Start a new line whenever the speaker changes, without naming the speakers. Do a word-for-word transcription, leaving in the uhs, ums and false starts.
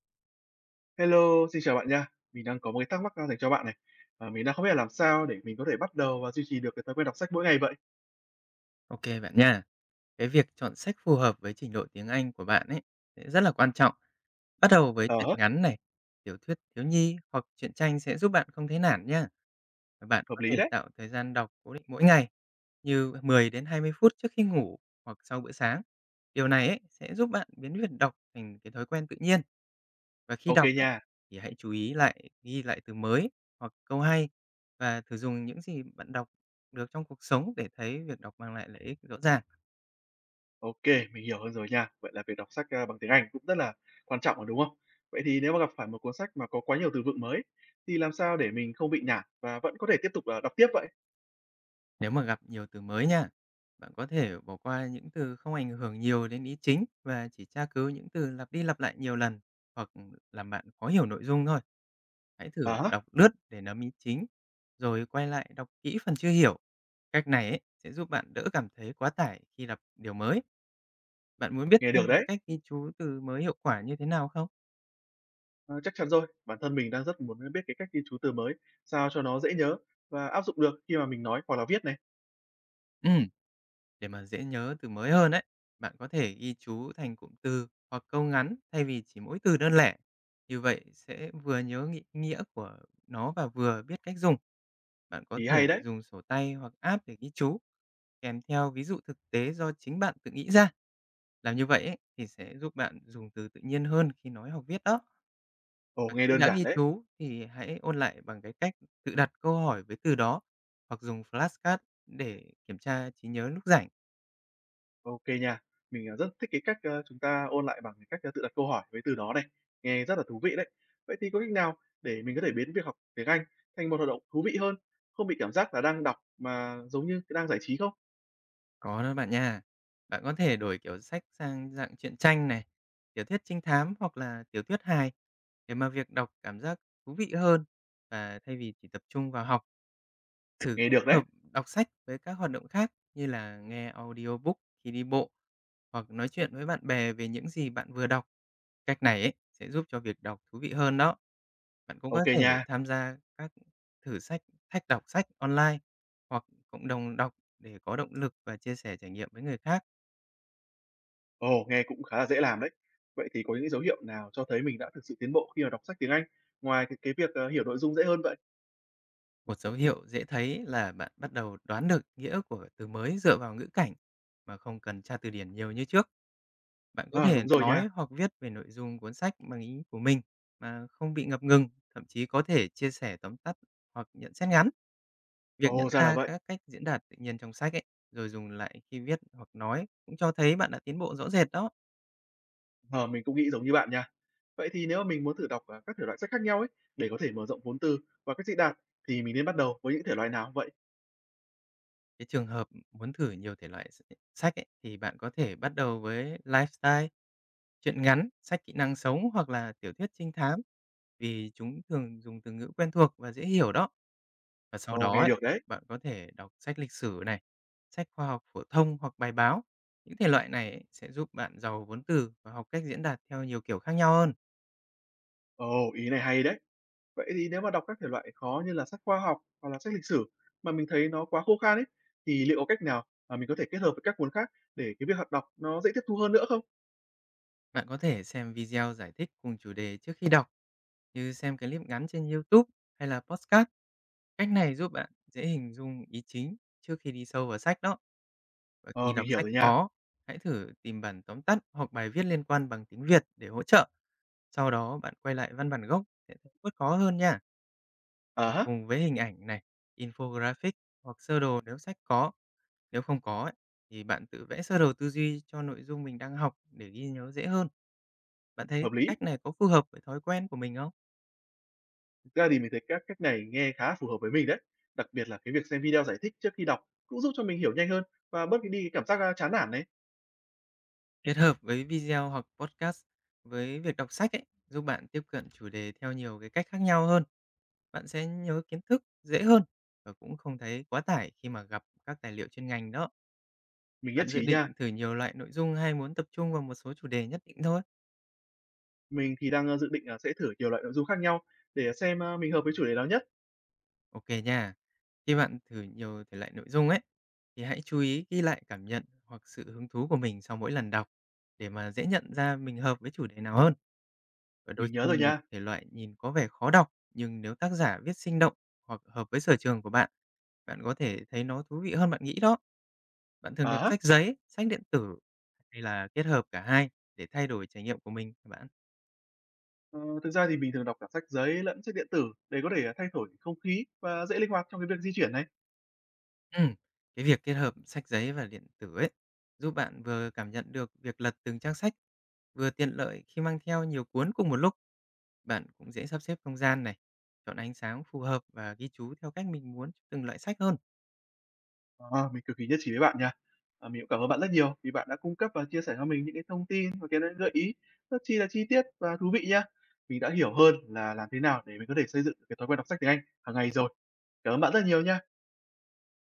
Hello, xin chào bạn nha. Mình đang có một cái thắc mắc, a, dành cho bạn này. Ờ, mình đang không biết là làm sao để mình có thể bắt đầu và duy trì được cái thói quen đọc sách mỗi ngày vậy?
OK bạn nha. Cái việc chọn sách phù hợp với trình độ tiếng Anh của bạn ấy sẽ rất là quan trọng. Bắt đầu với truyện
À,
ngắn này, tiểu thuyết thiếu nhi hoặc truyện tranh sẽ giúp bạn không thấy nản nha. Và bạn
hợp
có
lý
thể
đấy.
tạo thời gian đọc cố định mỗi ngày, như mười đến hai mươi phút trước khi ngủ hoặc sau bữa sáng. Điều này ấy sẽ giúp bạn biến việc đọc thành cái thói quen tự nhiên. Và khi
Ok
đọc ấy,
nha.
thì hãy chú ý lại ghi lại từ mới hoặc câu hay và thử dùng những gì bạn đọc được trong cuộc sống để thấy việc đọc mang lại lợi ích rõ ràng.
Ok, mình hiểu hơn rồi nha. Vậy là việc đọc sách, a, bằng tiếng Anh cũng rất là quan trọng rồi, đúng không? Vậy thì nếu mà gặp phải một cuốn sách mà có quá nhiều từ vựng mới thì làm sao để mình không bị nản và vẫn có thể tiếp tục, ờ, đọc tiếp vậy?
Nếu mà gặp nhiều từ mới nha, bạn có thể bỏ qua những từ không ảnh hưởng nhiều đến ý chính và chỉ tra cứu những từ lặp đi lặp lại nhiều lần hoặc làm bạn khó hiểu nội dung thôi. Hãy
À
thử
há,
đọc lướt để nắm ý chính, rồi quay lại đọc kỹ phần chưa hiểu. Cách này ấy sẽ giúp bạn đỡ cảm thấy quá tải khi đọc điều mới. Bạn muốn biết
nghe
thêm
được đấy.
cách ghi chú từ mới hiệu quả như thế nào không?
Ờ, Chắc chắn rồi. Bản thân mình đang rất muốn biết cái cách ghi chú từ mới sao cho nó dễ nhớ và áp dụng được khi mà mình nói hoặc là viết này.
Ừ. Để mà dễ nhớ từ mới hơn ấy, bạn có thể ghi chú thành cụm từ hoặc câu ngắn thay vì chỉ mỗi từ đơn lẻ. Như vậy sẽ vừa nhớ nghĩ- nghĩa của nó và vừa biết cách dùng. Bạn có
Ý hay
thể
đấy.
dùng sổ tay hoặc app để ghi chú, kèm theo ví dụ thực tế do chính bạn tự nghĩ ra. Làm như vậy ấy, thì sẽ giúp bạn dùng từ tự nhiên hơn khi nói hoặc viết đó.
Ồ,
Và
nghe
khi
đơn
đã
giản
ghi
đấy.
chú thì hãy ôn lại bằng cái cách tự đặt câu hỏi với từ đó hoặc dùng flashcard để kiểm tra trí nhớ lúc rảnh.
OK nha. Mình, à, rất thích cái cách, ơ, chúng ta ôn lại bằng cái cách, ơ, tự đặt câu hỏi với từ đó này, nghe rất là thú vị đấy. Vậy thì có cách nào để mình có thể biến việc học tiếng Anh thành một hoạt động thú vị hơn, không bị cảm giác là đang đọc mà giống như đang giải trí không?
Có đó bạn nha. Bạn có thể đổi kiểu sách sang dạng truyện tranh này, tiểu thuyết trinh thám hoặc là tiểu thuyết hài để mà việc đọc cảm giác thú vị hơn, và thay vì chỉ tập trung vào học. Thử
Nghe
kết
được
hợp
đấy.
đọc sách với các hoạt động khác như là nghe audiobook khi đi bộ hoặc nói chuyện với bạn bè về những gì bạn vừa đọc. Cách này ấy sẽ giúp cho việc đọc thú vị hơn đó. Bạn cũng có
OK
thể
nha.
tham gia các thử sách, thách đọc sách online hoặc cộng đồng đọc để có động lực và chia sẻ trải nghiệm với người khác.
Ồ, nghe cũng khá là dễ làm đấy. Vậy thì có những dấu hiệu nào cho thấy mình đã thực sự tiến bộ khi mà đọc sách tiếng Anh, ngoài cái cái việc, ờ, hiểu nội dung dễ hơn vậy?
Một dấu hiệu dễ thấy là bạn bắt đầu đoán được nghĩa của từ mới dựa vào ngữ cảnh mà không cần tra từ điển nhiều như trước. Bạn có
À,
thể
đúng rồi nha.
nói hoặc viết về nội dung cuốn sách bằng ý của mình mà không bị ngập ngừng, thậm chí có thể chia sẻ tóm tắt hoặc nhận xét ngắn. Việc nhận
Ồ, ra là
ra
vậy.
các cách diễn đạt tự nhiên trong sách ấy, rồi dùng lại khi viết hoặc nói cũng cho thấy bạn đã tiến bộ rõ rệt đó.
Ờ, mình cũng nghĩ giống như bạn nha. Vậy thì nếu mà mình muốn thử đọc, à, các thể loại sách khác nhau ấy, để có thể mở rộng vốn từ và cách diễn đạt thì mình nên bắt đầu với những thể loại nào vậy?
Cái trường hợp muốn thử nhiều thể loại s- ừ, sách ấy, thì bạn có thể bắt đầu với lifestyle, truyện ngắn, sách kỹ năng sống hoặc là tiểu thuyết trinh thám, vì chúng thường dùng từ ngữ quen thuộc và dễ hiểu đó. Và sau
Ồ,
đó
nghe
ấy,
được đấy.
bạn có thể đọc sách lịch sử này, sách khoa học phổ thông hoặc bài báo. Những thể loại này ấy sẽ giúp bạn giàu vốn từ và học cách diễn đạt theo nhiều kiểu khác nhau hơn.
Ồ, ý này hay đấy. Vậy thì nếu mà đọc các thể loại khó như là sách khoa học hoặc là sách lịch sử mà mình thấy nó quá khô khan ấy, thì liệu có cách nào mà mình có thể kết hợp với các cuốn khác để cái việc học đọc nó dễ tiếp thu hơn nữa không?
Bạn có thể xem video giải thích cùng chủ đề trước khi đọc, như xem clip ngắn trên YouTube hay là podcast. Cách này giúp bạn dễ hình dung ý chính trước khi đi sâu vào sách đó. Và khi
Ờ,
đọc
mình hiểu
sách
rồi nha.
có, hãy thử tìm bản tóm tắt hoặc bài viết liên quan bằng tiếng Việt để hỗ trợ. Sau đó bạn quay lại văn bản gốc sẽ thấy bớt khó hơn nha.
À
Đọc
há,
cùng với hình ảnh này, infographic hoặc sơ đồ nếu sách có. Nếu không có ấy, thì bạn tự vẽ sơ đồ tư duy cho nội dung mình đang học để ghi nhớ dễ hơn. Bạn thấy
hợp
cái
lý.
cách này có phù hợp với thói quen của mình không?
Thực ra thì mình thấy các cách này nghe khá phù hợp với mình đấy. Đặc biệt là cái việc xem video giải thích trước khi đọc cũng giúp cho mình hiểu nhanh hơn và bớt đi cái cảm giác, a, chán nản đấy.
Kết hợp với video hoặc podcast với việc đọc sách ấy, giúp bạn tiếp cận chủ đề theo nhiều cái cách khác nhau hơn. Bạn sẽ nhớ kiến thức dễ hơn và cũng không thấy quá tải khi mà gặp các tài liệu chuyên ngành đó.
Mình nhất
Bạn dự
trí
định
nha.
thử nhiều loại nội dung hay muốn tập trung vào một số chủ đề nhất định thôi?
Mình thì đang, ơ, dự định là sẽ thử nhiều loại nội dung khác nhau để xem, a, mình hợp với chủ đề nào nhất.
OK nha. Khi bạn thử nhiều thể loại nội dung ấy, thì hãy chú ý ghi lại cảm nhận hoặc sự hứng thú của mình sau mỗi lần đọc để mà dễ nhận ra mình hợp với chủ đề nào hơn. Và đôi
Mình nhớ
khi
rồi
một
nha.
thể loại nhìn có vẻ khó đọc, nhưng nếu tác giả viết sinh động hoặc hợp với sở trường của bạn, bạn có thể thấy nó thú vị hơn bạn nghĩ đó. Bạn thường đọc
À,
sách giấy, sách điện tử hay là kết hợp cả hai để thay đổi trải nghiệm của mình hả bạn?
ờ, thực ra thì mình thường đọc cả sách giấy lẫn sách điện tử để có thể, à, thay đổi không khí và dễ linh hoạt trong cái việc di chuyển này.
Ừm, cái việc kết hợp sách giấy và điện tử ấy, giúp bạn vừa cảm nhận được việc lật từng trang sách, vừa tiện lợi khi mang theo nhiều cuốn cùng một lúc. Bạn cũng dễ sắp xếp không gian này, chọn ánh sáng phù hợp và ghi chú theo cách mình muốn cho từng loại sách hơn.
Ờ, mình cực kỳ nhất trí với bạn nha. À, mình cũng cảm ơn bạn rất nhiều vì bạn đã cung cấp và chia sẻ cho mình những cái thông tin và cái gợi ý rất chi là chi tiết và thú vị nha. Mình đã hiểu hơn là làm thế nào để mình có thể xây dựng được cái thói quen đọc sách tiếng Anh hàng ngày rồi. Cảm ơn bạn rất nhiều nha.